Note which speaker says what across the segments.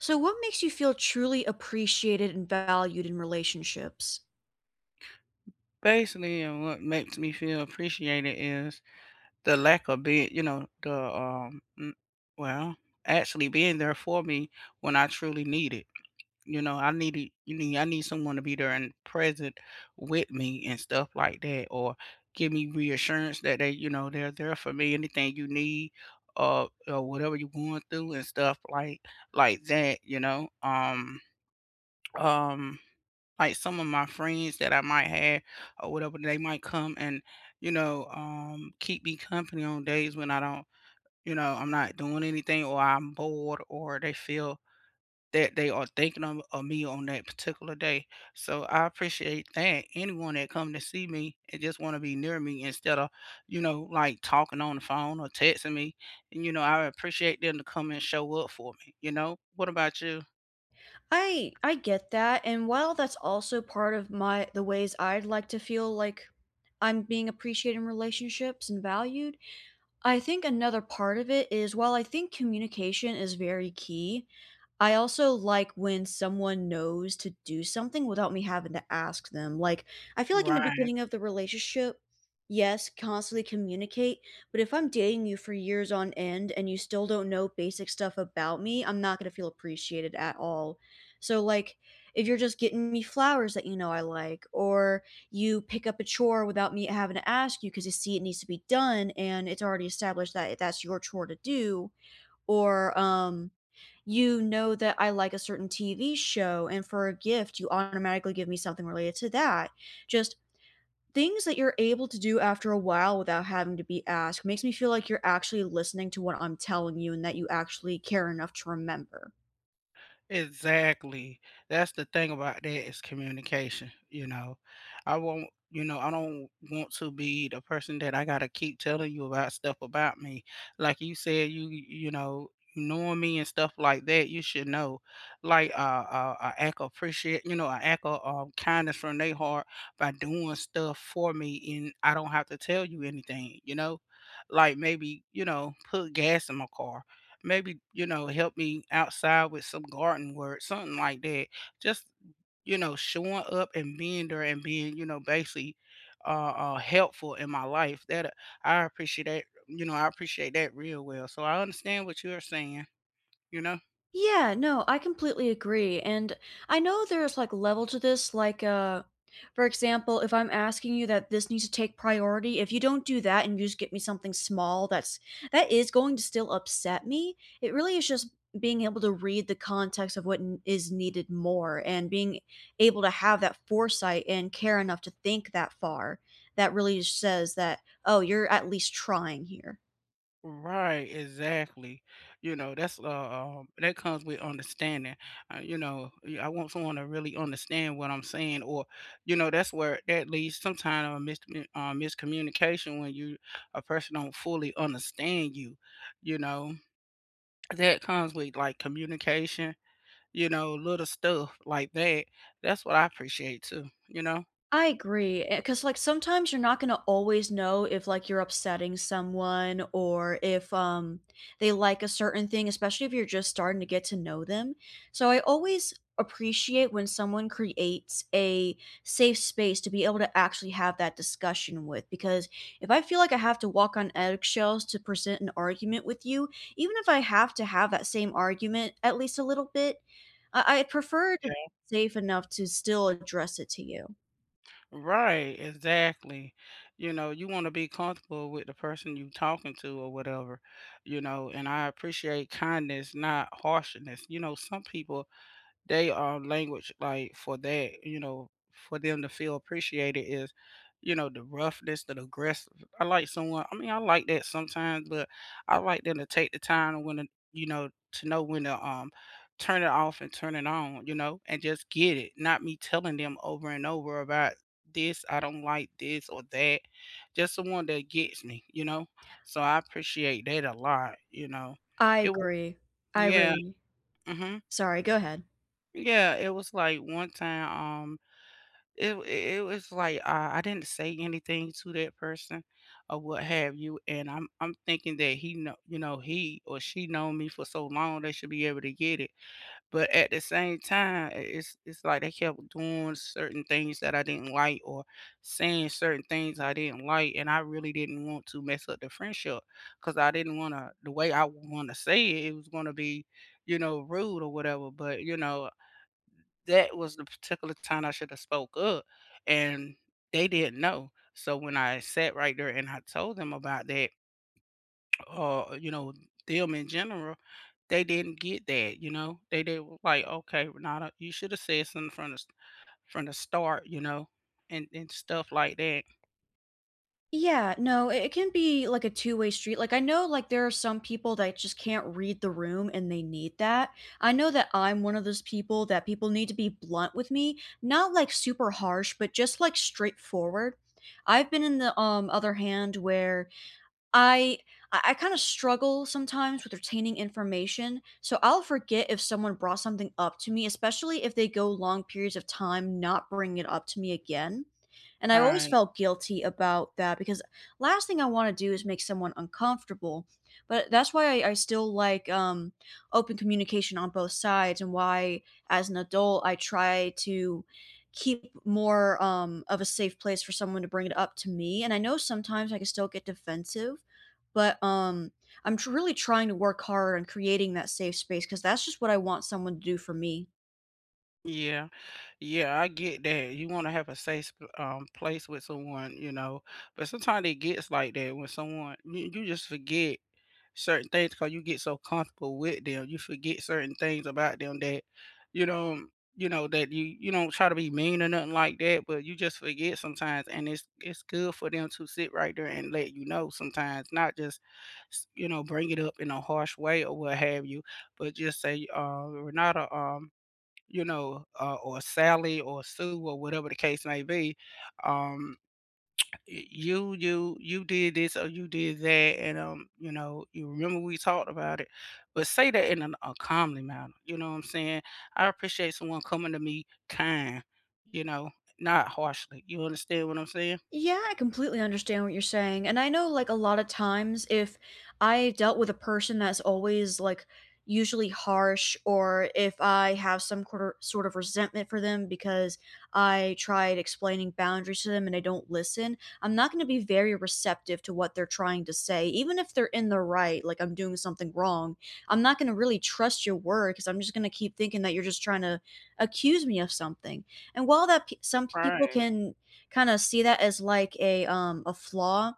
Speaker 1: So what makes you feel truly appreciated and valued in relationships?
Speaker 2: Basically, and what makes me feel appreciated is the lack of being, you know, well, actually being there for me when I truly need it. You know, I need it, you need I need someone to be there and present with me and stuff like that, or give me reassurance that they, you know, they're there for me. Anything you need, or whatever you're going through and stuff like that. Um. Like, some of my friends that I might have or whatever, they might come and, keep me company on days when I don't you know, I'm not doing anything or I'm bored, or they feel that they are thinking of me on that particular day. So I appreciate that. Anyone that come to see me and just want to be near me instead of, you know, like talking on the phone or texting me, and you know, I appreciate them to come and show up for me, you know? What about you?
Speaker 1: I get that, and while that's also part of my the ways I'd like to feel like I'm being appreciated in relationships and valued, I think another part of it is while I think communication is very key, I also like when someone knows to do something without me having to ask them. Like, I feel like in the
Speaker 2: Right.
Speaker 1: beginning of the relationship, yes, constantly communicate, but if I'm dating you for years on end and you still don't know basic stuff about me, I'm not going to feel appreciated at all. So, like, if you're just getting me flowers that you know I like, or you pick up a chore without me having to ask you because you see it needs to be done and it's already established that that's your chore to do or you know that I like a certain TV show and for a gift you automatically give me something related to that just things that you're able to do after a while without having to be asked makes me feel like you're actually listening to what I'm telling you and that you actually care enough to remember.
Speaker 2: Exactly. That's the thing about that, is communication, you know. I don't want to be the person that I gotta keep telling you about stuff about me. Like you said, you know, knowing me and stuff like that, you should know. Like act of appreciate, you know, I act of kindness from their heart by doing stuff for me, and I don't have to tell you anything, you know. Like maybe you know, put gas in my car, maybe, you know, help me outside with some garden work, something like that. Just, you know, showing up and being there and being, you know, basically helpful in my life. That I appreciate that, you know, I appreciate that real well. So I understand what you're saying, you know.
Speaker 1: Yeah, no, I completely agree, and I know there's, like, level to this, like, for example, if I'm asking you that this needs to take priority, if you don't do that and you just get me something small that's that is going to still upset me, it really is just being able to read the context of what n is needed more and being able to have that foresight and care enough to think that far, that really says that, "Oh, you're at least trying here."
Speaker 2: Right, exactly. You know, that comes with understanding. You know, I want someone to really understand what I'm saying, or you know, that's where that leads sometimes, a miscommunication when you a person don't fully understand you. You know, that comes with like communication. You know, little stuff like that. That's what I appreciate too. You know.
Speaker 1: I agree, because like, sometimes you're not gonna always know if, like, you're upsetting someone or if, they like a certain thing, especially if you're just starting to get to know them. So I always appreciate when someone creates a safe space to be able to actually have that discussion with, because if I feel like I have to walk on eggshells to present an argument with you, even if I have to have that same argument at least a little bit, I prefer to be safe enough to still address it to you.
Speaker 2: Right, exactly. You know, you want to be comfortable with the person you talking to or whatever, you know, and I appreciate kindness, not harshness. You know, some people they are language like for that, you know, for them to feel appreciated is, you know, the roughness, the aggressive. I like someone. I mean, I like that sometimes, but I like them to take the time and when to, you know, to know when to turn it off and turn it on, you know, and just get it. Not me telling them over and over about this. I don't like this or that. Just someone that gets me, you know. So I appreciate that a lot, you know.
Speaker 1: I
Speaker 2: It was,
Speaker 1: agree. I
Speaker 2: yeah.
Speaker 1: really.
Speaker 2: Mhm.
Speaker 1: Sorry, go ahead.
Speaker 2: Yeah, it was like one time, um, it was like, I didn't say anything to that person or what have you, and I'm thinking that he or she known me for so long, they should be able to get it, but at the same time, I it's like they kept doing certain things that I didn't like or saying certain things I didn't like, and I really didn't want to mess up the friendship because I didn't wanna the way I wanna say it, it was gonna be, you know, rude or whatever, but, you know, that was the particular time I should have spoke up, and they didn't know. So when I sat right there and I told them about that, you know, them in general, they didn't get that, you know. They were like, okay, Renata, you should have said something from from the start, you know, and stuff like that.
Speaker 1: Yeah, no, it can be, like, a two-way street, like, I know, like, there are some people that just can't read the room and they need that. I know that I'm one of those people that people need to be blunt with me, not, like, super harsh, but just, like, straightforward. I've been in the, other hand where I I kinda struggle sometimes with retaining information, so I'll forget if someone brought something up to me, especially if they go long periods of time not bringing it up to me again, and I always
Speaker 2: Right.
Speaker 1: felt guilty about that because last thing I wanna do is make someone uncomfortable, but that's why I still like, open communication on both sides and why, as an adult, I try to keep more, of a safe place for someone to bring it up to me, and I know sometimes I can still get defensive, but, I'm tr really trying to work hard on creating that safe space because that's just what I want someone to do for me.
Speaker 2: Yeah, yeah, I get that. You want to have a safe place with someone, you know, but sometimes it gets like that when you just forget certain things, cause you get so comfortable with them, you forget certain things about them that, you know you know, that you don't try to be mean or nothing like that, but you just forget sometimes, and it's good for them to sit right there and let you know sometimes, not just, s you know, bring it up in a harsh way or what have you, but just say, "Renata, you know, or Sally or Sue or whatever the case may be, um you you did this or you did that, and you know, you remember we talked about it, but say that in a calmly manner, you know what I'm saying. I appreciate someone coming to me kind, you know, not harshly, you understand what I'm saying.
Speaker 1: Yeah, I completely understand what you're saying. And I know, like, a lot of times if I dealt with a person that's always, like, usually harsh, or if I have some quarter, sort of resentment for them because I tried explaining boundaries to them and they don't listen, I'm not going to be very receptive to what they're trying to say. Even if they're in the right, like, I'm doing something wrong, I'm not going to really trust your word because I'm just going to keep thinking that you're just trying to accuse me of something. And while that some people
Speaker 2: Right.
Speaker 1: can kind of see that as like a flaw.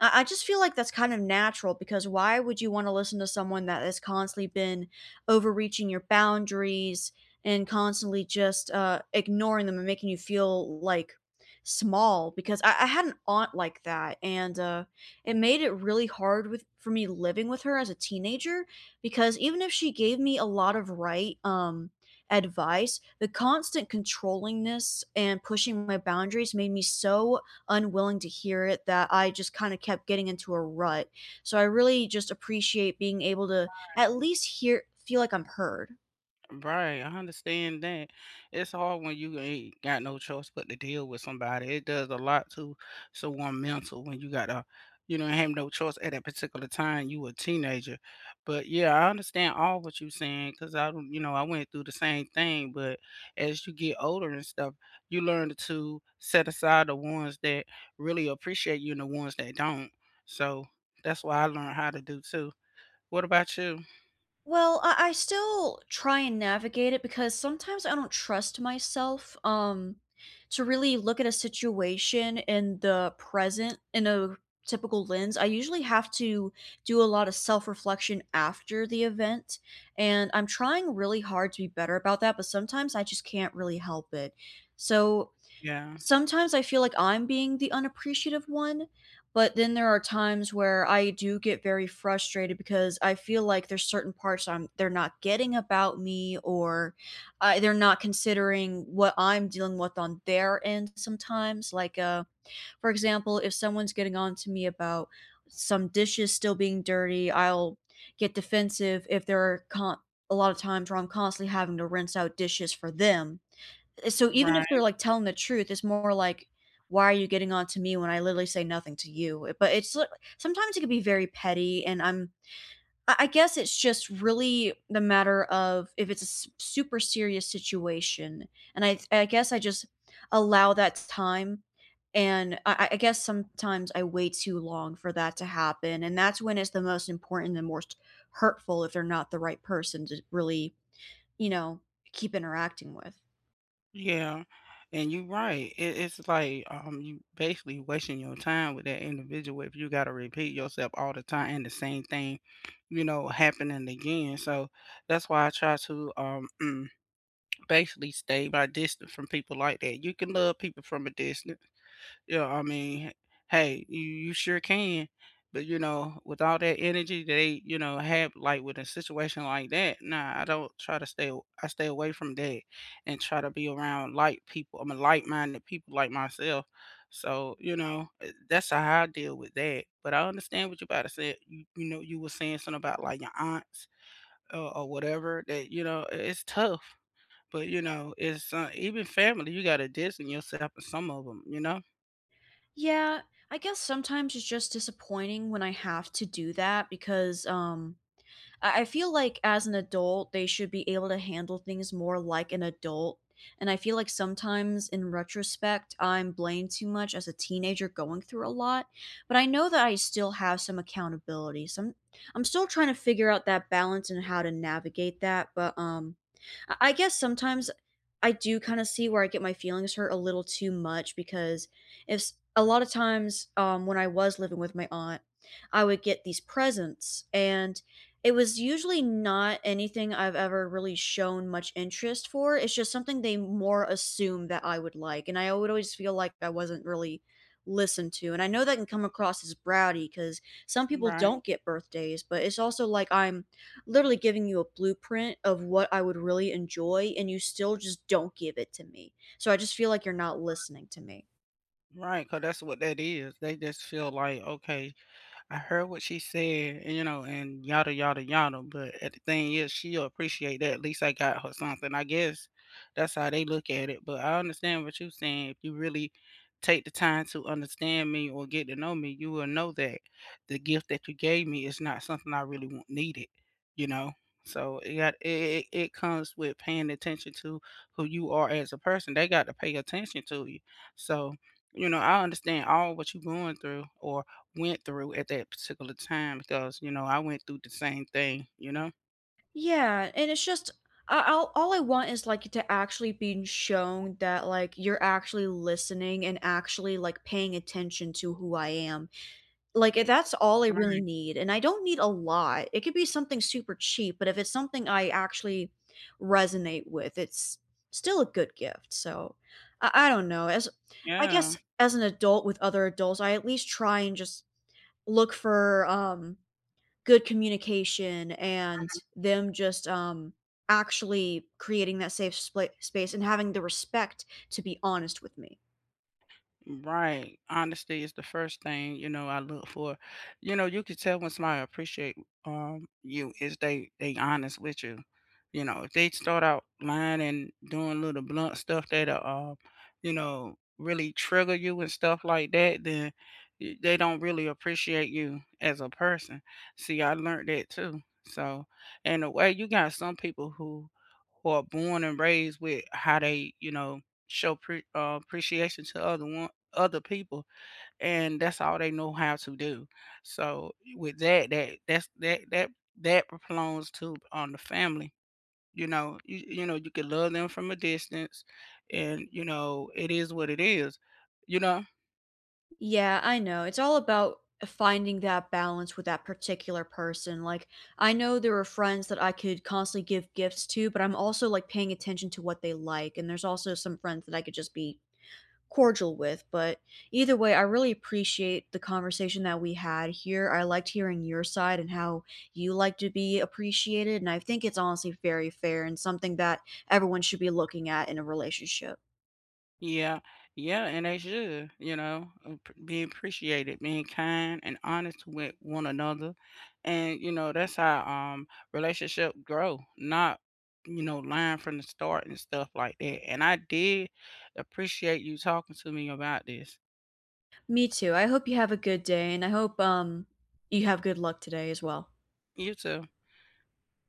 Speaker 1: I just feel like that's kind of natural because why would you want to listen to someone that has constantly been overreaching your boundaries and constantly just ignoring them and making you feel like small? Because I had an aunt like that, and it made it really hard with for me living with her as a teenager because even if she gave me a lot of right, advice, the constant controllingness and pushing my boundaries made me so unwilling to hear it that I just kind of kept getting into a rut. So I really just appreciate being able to at least hear feel like I'm heard.
Speaker 2: Right, I understand that. It's hard when you ain't got no choice but to deal with somebody. It does a lot to someone mental when you gotta, you know, have no choice at that particular time. You a teenager, but yeah, I understand all what you're saying because I, don't- you know, I went through the same thing. But as you get older and stuff, you learn to set aside the ones that really appreciate you and the ones that don't. So that's why I learned how to do too. What about you?
Speaker 1: Well, I still try and navigate it because sometimes I don't trust myself to really look at a situation in the present in a typical lens. I usually have to do a lot of self-reflection after the event, and I'm trying really hard to be better about that, but sometimes I just can't really help it. So
Speaker 2: Yeah,
Speaker 1: sometimes I feel like I'm being the unappreciative one, but then there are times where I do get very frustrated because I feel like there's certain parts I'm they're not getting about me or I they're not considering what I'm dealing with on their end sometimes. Like, for example, if someone's getting on to me about some dishes still being dirty, I'll get defensive if there are a lot of times where I'm constantly having to rinse out dishes for them. Eh, so even if
Speaker 2: right.
Speaker 1: they're, like, telling the truth, it's more like, "Why are you getting on to me when I literally say nothing to you?" Eh, but it's li sometimes it can be very petty, and I'm I guess it's just really the matter of if it's a s super serious situation, and I guess I just allow that time, and I guess sometimes I wait too long for that to happen, and that's when it's the most important and most hurtful if they're not the right person to really, you know, keep interacting with.
Speaker 2: Yeah, and you're right. It's like you basically wasting your time with that individual if you got to repeat yourself all the time and the same thing, you know, happening again. So that's why I try to basically stay my distance from people like that. You can love people from a distance, yeah, I mean, hey, you sure can. But you know, with all that energy they, you know, have like with a situation like that, nah, I don't try to stay aw- I stay away from that and try to be around light people. I'm a light minded people like myself. So, you know, eh, that's how I deal with that. But I understand what you about to say. You know, you were saying something about like your aunts or whatever that, you know, eh, it's tough. But, you know, it's even family, you got to distance yourself from some of them, you know?
Speaker 1: Yeah, I guess sometimes it's just disappointing when I have to do that because I feel like as an adult they should be able to handle things more like an adult. And I feel like sometimes in retrospect I'm blamed too much as a teenager going through a lot, but I know that I still have some accountability. So I'm still trying to figure out that balance and how to navigate that, but I guess sometimes I do kind of see where I get my feelings hurt a little too much because if a lot of times when I was living with my aunt, I would get these presents, and it was usually not anything I've ever really shown much interest for. It's just something they more assume that I would like, and I would always feel like I wasn't really listened to. And I know that can come across as bratty because some people
Speaker 2: Right.
Speaker 1: don't get birthdays, but it's also like I'm literally giving you a blueprint of what I would really enjoy, and you still just don't give it to me. So I just feel like you're not listening to me.
Speaker 2: Right, 'cause that's what that is. They just feel like, "Okay, I heard what she said, and, you know, and yada yada yada. But at the thing is, she'll appreciate that. At least I got her something." I guess that's how they look at it. But I understand what you're saying. If you really take the time to understand me or get to know me, you will know that the gift that you gave me is not something I really want needed. You know. So it got it comes with paying attention to who you are as a person. They got to pay attention to you. So, you know, I understand all what you're going through or went through at that particular time because, you know, I went through the same thing, you know?
Speaker 1: Yeah, and it's just all I want is like to actually be shown that like you're actually listening and actually like paying attention to who I am. Like, if that's all I really
Speaker 2: Right,
Speaker 1: need, and I don't need a lot, it could be something super cheap, but if it's something I actually resonate with, it's still a good gift, so I don't know, as I
Speaker 2: yeah.
Speaker 1: guess as an adult with other adults, I at least try and just look for, good communication and them just, actually creating that safe spla space and having the respect to be honest with me.
Speaker 2: Right. Honesty is the first thing, you know, I look for. You know, you can tell when somebody appreciate you is they honest with you. You know, if they start out lying and doing little blunt stuff that'll you know, really trigger you and stuff like that, then they don't really appreciate you as a person. See, I learned that too. So, in a way, you got some people who are born and raised with how they, you know, show appreciation to other people, and that's all they know how to do. So with that, that that's that that that belongs to on the family. You know, you can love them from a distance, and you know, it is what it is. You know,
Speaker 1: Yeah, I know. It's all about finding that balance with that particular person. Like, I know there are friends that I could constantly give gifts to, but I'm also like paying attention to what they like. And there's also some friends that I could just be cordial with. But either way, I really appreciate the conversation that we had here. I liked hearing your side and how you like to be appreciated. And I think it's honestly very fair and something that everyone should be looking at in a relationship.
Speaker 2: yeah, yeah, and they should, you know, be appreciated, being kind and honest with one another, and you know that's how relationship grow, not you know lying from the start and stuff like that. And I did appreciate you talking to me about this.
Speaker 1: Me too. I hope you have a good day and I hope you have good luck today as well.
Speaker 2: You too.